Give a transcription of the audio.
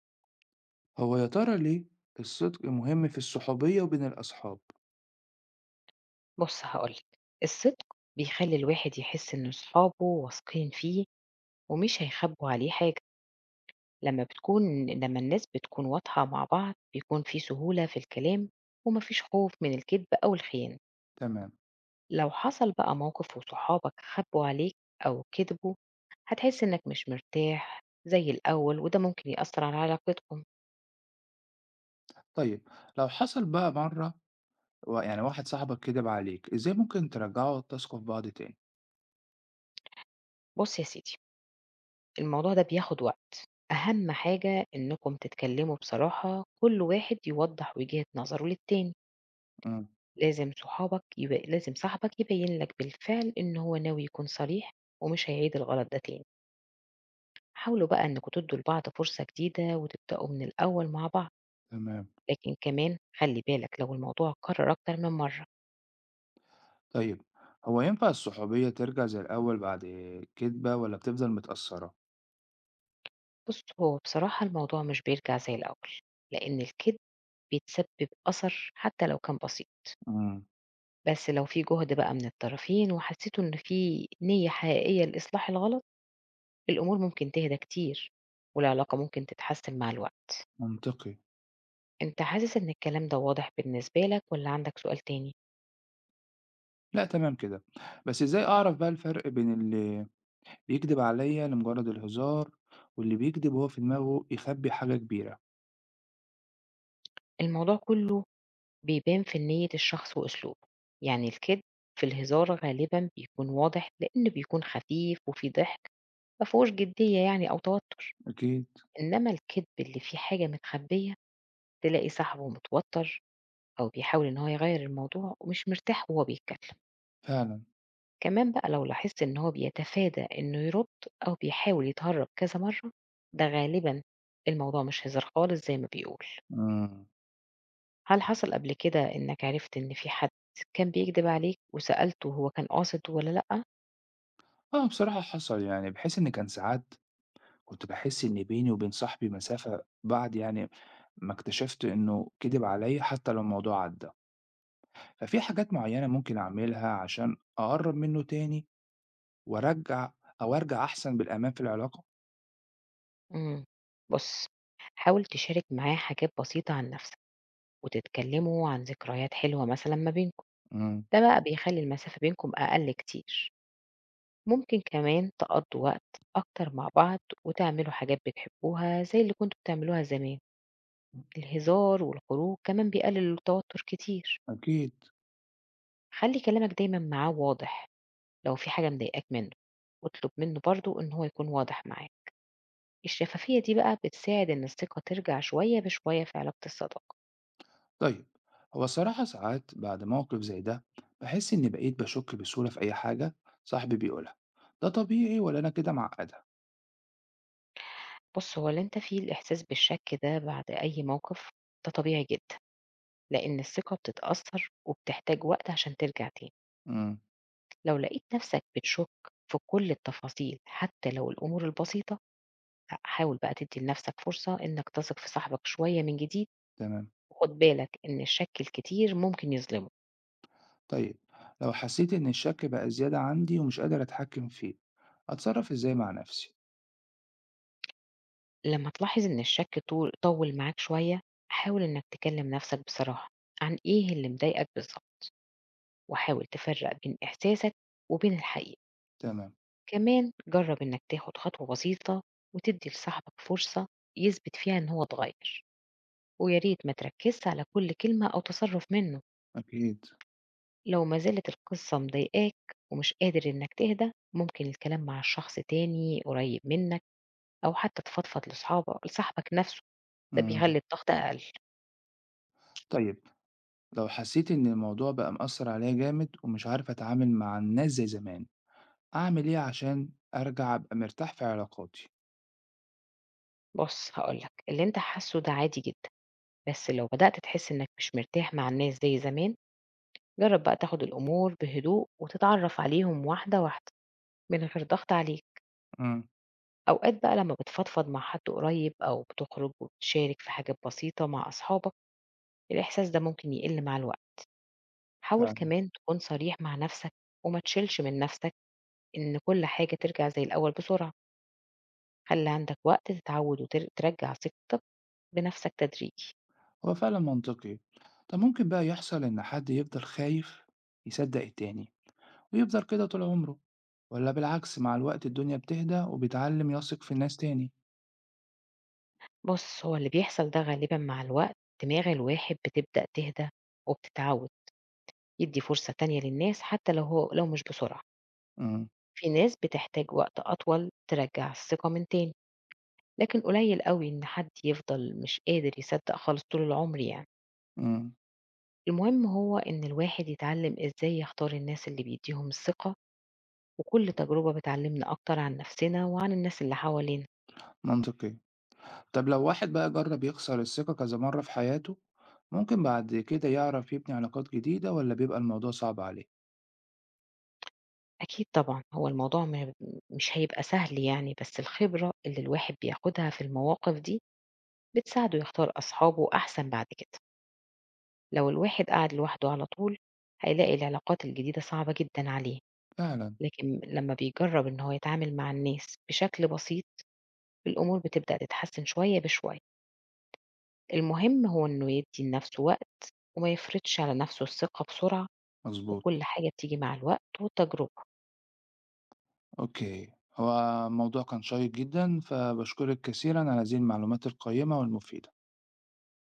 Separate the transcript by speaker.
Speaker 1: هو يا ترى ليه الصدق مهم في الصحوبية وبين الأصحاب؟
Speaker 2: بُص هاقول لك، الصدق بيخلّي الواحد يحس إن صحابه واثقين فيه ومش هيخبّوا عليه حاجة. لمّا بتكون لمّا الناس بتكون واضحة مع بعض بيكون في سهولة في الكلام وما فيش خوف من الكدب أو الخيانة.
Speaker 1: تمام.
Speaker 2: لو حصل بقى موقف وصحابك خبّوا عليك أو كدبوا، هتحس إنك مش مرتاح زي الأول، وده ممكن يأثّر على علاقتكم.
Speaker 1: طيب، لو حصل بقى مرة يعني واحد صاحبك كدب عليك، إزاي ممكن ترجعوا وتثقوا في بعض تاني؟
Speaker 2: بُص يا سيدي، الموضوع ده بياخد وقت. أهم حاجة إنكم تتكلموا بصراحة، كل واحد يوضّح وجهة نظره للتاني.
Speaker 1: مم.
Speaker 2: لازم صحابك يبقى لازم صاحبك يبين لك بالفعل إن هو ناوي يكون صريح ومش هيعيد الغلط ده تاني. حاولوا بقى إنكم تدوا لبعض فرصة جديدة وتبدأوا من الأول مع بعض،
Speaker 1: تمام.
Speaker 2: لكن كمان خلي بالك لو الموضوع اتكرر أكتر من مرة.
Speaker 1: طيب، هو ينفع الصحوبية ترجع زي الأول بعد كدبة، ولا بتفضل متأثرة؟
Speaker 2: بص، هو بصراحة الموضوع مش بيرجع زي الأول، لأن الكذب بيتسبب أثر حتى لو كان بسيط.
Speaker 1: مم.
Speaker 2: بس لو في جهد بقى من الطرفين وحسيتوا إن في نية حقيقية لإصلاح الغلط، الأمور ممكن تهدى كتير، والعلاقة ممكن تتحسن مع الوقت.
Speaker 1: منطقي.
Speaker 2: أنت حاسس إن الكلام ده واضح بالنسبة لك والّا عندك سؤال تاني؟
Speaker 1: لا، تمام كده. بس إزاي أعرف بقى الفرق بين اللي بيكدب عليا لمجرد الهزار، واللي بيكدب وهو في دماغه يخبي حاجة كبيرة؟
Speaker 2: الموضوع كلّه بيبان في نيّة الشخص وأسلوبه. يعني الكدب في الهزار غالبًا بيكون واضح لإنه بيكون خفيف وفيه ضحك، ما فيهوش جدية يعني أو توتر.
Speaker 1: أكيد.
Speaker 2: إنما الكدب اللي فيه حاجة متخبية، تلاقي صاحبه متوتر أو بيحاول إن هو يغيّر الموضوع ومش مرتاح وهو بيتكلم.
Speaker 1: فعلا.
Speaker 2: كمان بقى لو لاحظت إن هو بيتفادى إنه يرد أو بيحاول يتهرب كذا مرّة، ده غالبًا الموضوع مش هزار خالص زي ما بيقول.
Speaker 1: مم.
Speaker 2: هل حصل قبل كده إنك عرفت إن في حد كان بيكدب عليك، وسألته هو كان قاصد والّا لأ؟
Speaker 1: آه، بصراحة حصل، يعني بحيث إن كان ساعات كنت باحس إن بيني وبين صاحبي مسافة بعد يعني ما اكتشفت إنه كدب عليا، حتى لو الموضوع عدى. ففي حاجات معينة ممكن أعملها عشان أقرب منه تاني، وأرجع أو أرجع أحسن بالأمان في العلاقة.
Speaker 2: إمم. بُص، حاول تشارك معاه حاجات بسيطة عن نفسك وتتكلموا عن ذكريات حلوة مثلًا ما بينكم.
Speaker 1: امم.
Speaker 2: ده بقى بيخلّي المسافة بينكم أقل كتير. ممكن كمان تقضّوا وقت أكتر مع بعض وتعملوا حاجات بتحبوها زي اللي كنتم بتعملوها زمان. الهزار والخروج كمان بيقلل التوتر كتير.
Speaker 1: أكيد.
Speaker 2: خلّي كلامك دايمًا معاه واضح. لو في حاجة مضايقاك منه، واطلب منه برضه إن هو يكون واضح معاك. الشفافية دي بقى بتساعد إن الثقة ترجع شوية بشوية في علاقة الصداقة.
Speaker 1: طيب، هو الصراحة ساعات بعد موقف زي ده بحس إني بقيت بشك بسهولة في أي حاجة صاحبي بيقولها، ده طبيعي ولا أنا كده معقدة؟
Speaker 2: بُص، هو اللي أنت فيه الإحساس بالشك ده بعد أي موقف، ده طبيعي جدًا، لإن الثقة بتتأثر وبتحتاج وقت عشان ترجع تاني.
Speaker 1: امم.
Speaker 2: لو لقيت نفسك بتشك في كل التفاصيل حتى لو الأمور البسيطة، لأ، حاول بقى تدّي لنفسك فرصة إنك تثق في صاحبك شوية من جديد،
Speaker 1: تمام.
Speaker 2: وخُد بالك إن الشك الكتير ممكن يظلمه.
Speaker 1: طيب، لو حسيت إن الشك بقى زيادة عندي ومش قادر أتحكم فيه، أتصرف إزاي مع نفسي؟
Speaker 2: لما تلاحظ إن الشك طول طول معاك شوية، حاول إنك تكلم نفسك بصراحة عن إيه اللي مضايقك بالظبط، وحاول تفرق بين إحساسك وبين الحقيقة.
Speaker 1: تمام.
Speaker 2: كمان جرب إنك تاخد خطوة بسيطة وتدي لصاحبك فرصة يثبت فيها إن هو اتغير، ويا ريت ما تركزش على كل كلمة أو تصرف منه.
Speaker 1: أكيد.
Speaker 2: لو ما زالت القصة مضايقاك ومش قادر إنك تهدى، ممكن الكلام مع شخص تاني قريب منك، أو حتى تفضفض لصاحبك نفسه. ده
Speaker 1: مم.
Speaker 2: بيخلي الضغط أقل.
Speaker 1: طيب، لو حسيت إن الموضوع بقى مأثر عليا جامد ومش عارف أتعامل مع الناس زي زمان، أعمل إيه عشان أرجع أبقى مرتاح في علاقاتي؟
Speaker 2: بُص هاقول لك، اللي أنت حاسّه ده عادي جدًا. بس لو بدأت تحس إنك مش مرتاح مع الناس زي زمان، جرّب بقى تاخد الأمور بهدوء وتتعرّف عليهم واحدة، واحدة، من غير ضغط عليك.
Speaker 1: مم.
Speaker 2: أوقات بقى لمّا بتفضفض مع حد قريب أو بتخرج وبتشارك في حاجات بسيطة مع أصحابك، الإحساس ده ممكن يقِل مع الوقت. حاول
Speaker 1: فعلا.
Speaker 2: كمان تكون صريح مع نَفْسك، وما تشيلش من نَفْسك إن كل حاجة ترجع زي الأول بسرعة. خلّي عندك وقت تتعوّد ترجّع ثقتك بنَفْسك تدريجي.
Speaker 1: هو فعلا منطقي. طب ممكن بقى يحصل إن حد يفضل خايف يصدق التاني ويفضل كده طول عمره، ولا بالعكس مع الوقت الدنيا بتهدى وبيتعلم يثق في الناس تاني؟
Speaker 2: بُص، هو اللي بيحصل ده غالبًا مع الوقت، دماغ الواحد بتبدأ تهدى وبتتعود يدّي فرصة تانية للناس حتى لو هو لو مش بسرعة.
Speaker 1: مم.
Speaker 2: في ناس بتحتاج وقت أطول ترجّع الثقة من تاني، لكن قليل أوي إن حد يفضل مش قادر يصدّق خالص طول العمر يعني.
Speaker 1: مم.
Speaker 2: المهم هو إن الواحد يتعلّم إزاي يختار الناس اللي بيدّيهم الثقة، وكل تجربة بتعلّمنا أكتر عن نفسنا وعن الناس اللي حوالينا.
Speaker 1: منطقي. طب لو واحد بقى جرب يخسر الثقة كذا مرة في حياته، ممكن بعد كده يعرف يبني علاقات جديدة، ولا بيبقى الموضوع صعب عليه؟
Speaker 2: أكيد طبعًا، هو الموضوع ما مش هيبقى سهل يعني، بس الخبرة اللي الواحد بياخدها في المواقف دي بتساعده يختار أصحابه أحسن بعد كده. لو الواحد قعد لوحده على طول، هيلاقي العلاقات الجديدة صعبة جدًا عليه.
Speaker 1: فعلا.
Speaker 2: لكن لمّا بيجرّب إن هو يتعامل مع الناس بشكل بسيط، الأمور بتبدأ تتحسن شوية بشوية. المهم هو إنه يدّي لنفسه وقت وما يفرضش على نفسه الثقة بسرعة،
Speaker 1: مظبوط.
Speaker 2: وكل حاجة بتيجي مع الوقت والتجربة.
Speaker 1: أوكي، هو الموضوع كان شيق جدا، فبشكرك كثيرا على هذه المعلومات القيمة والمفيدة.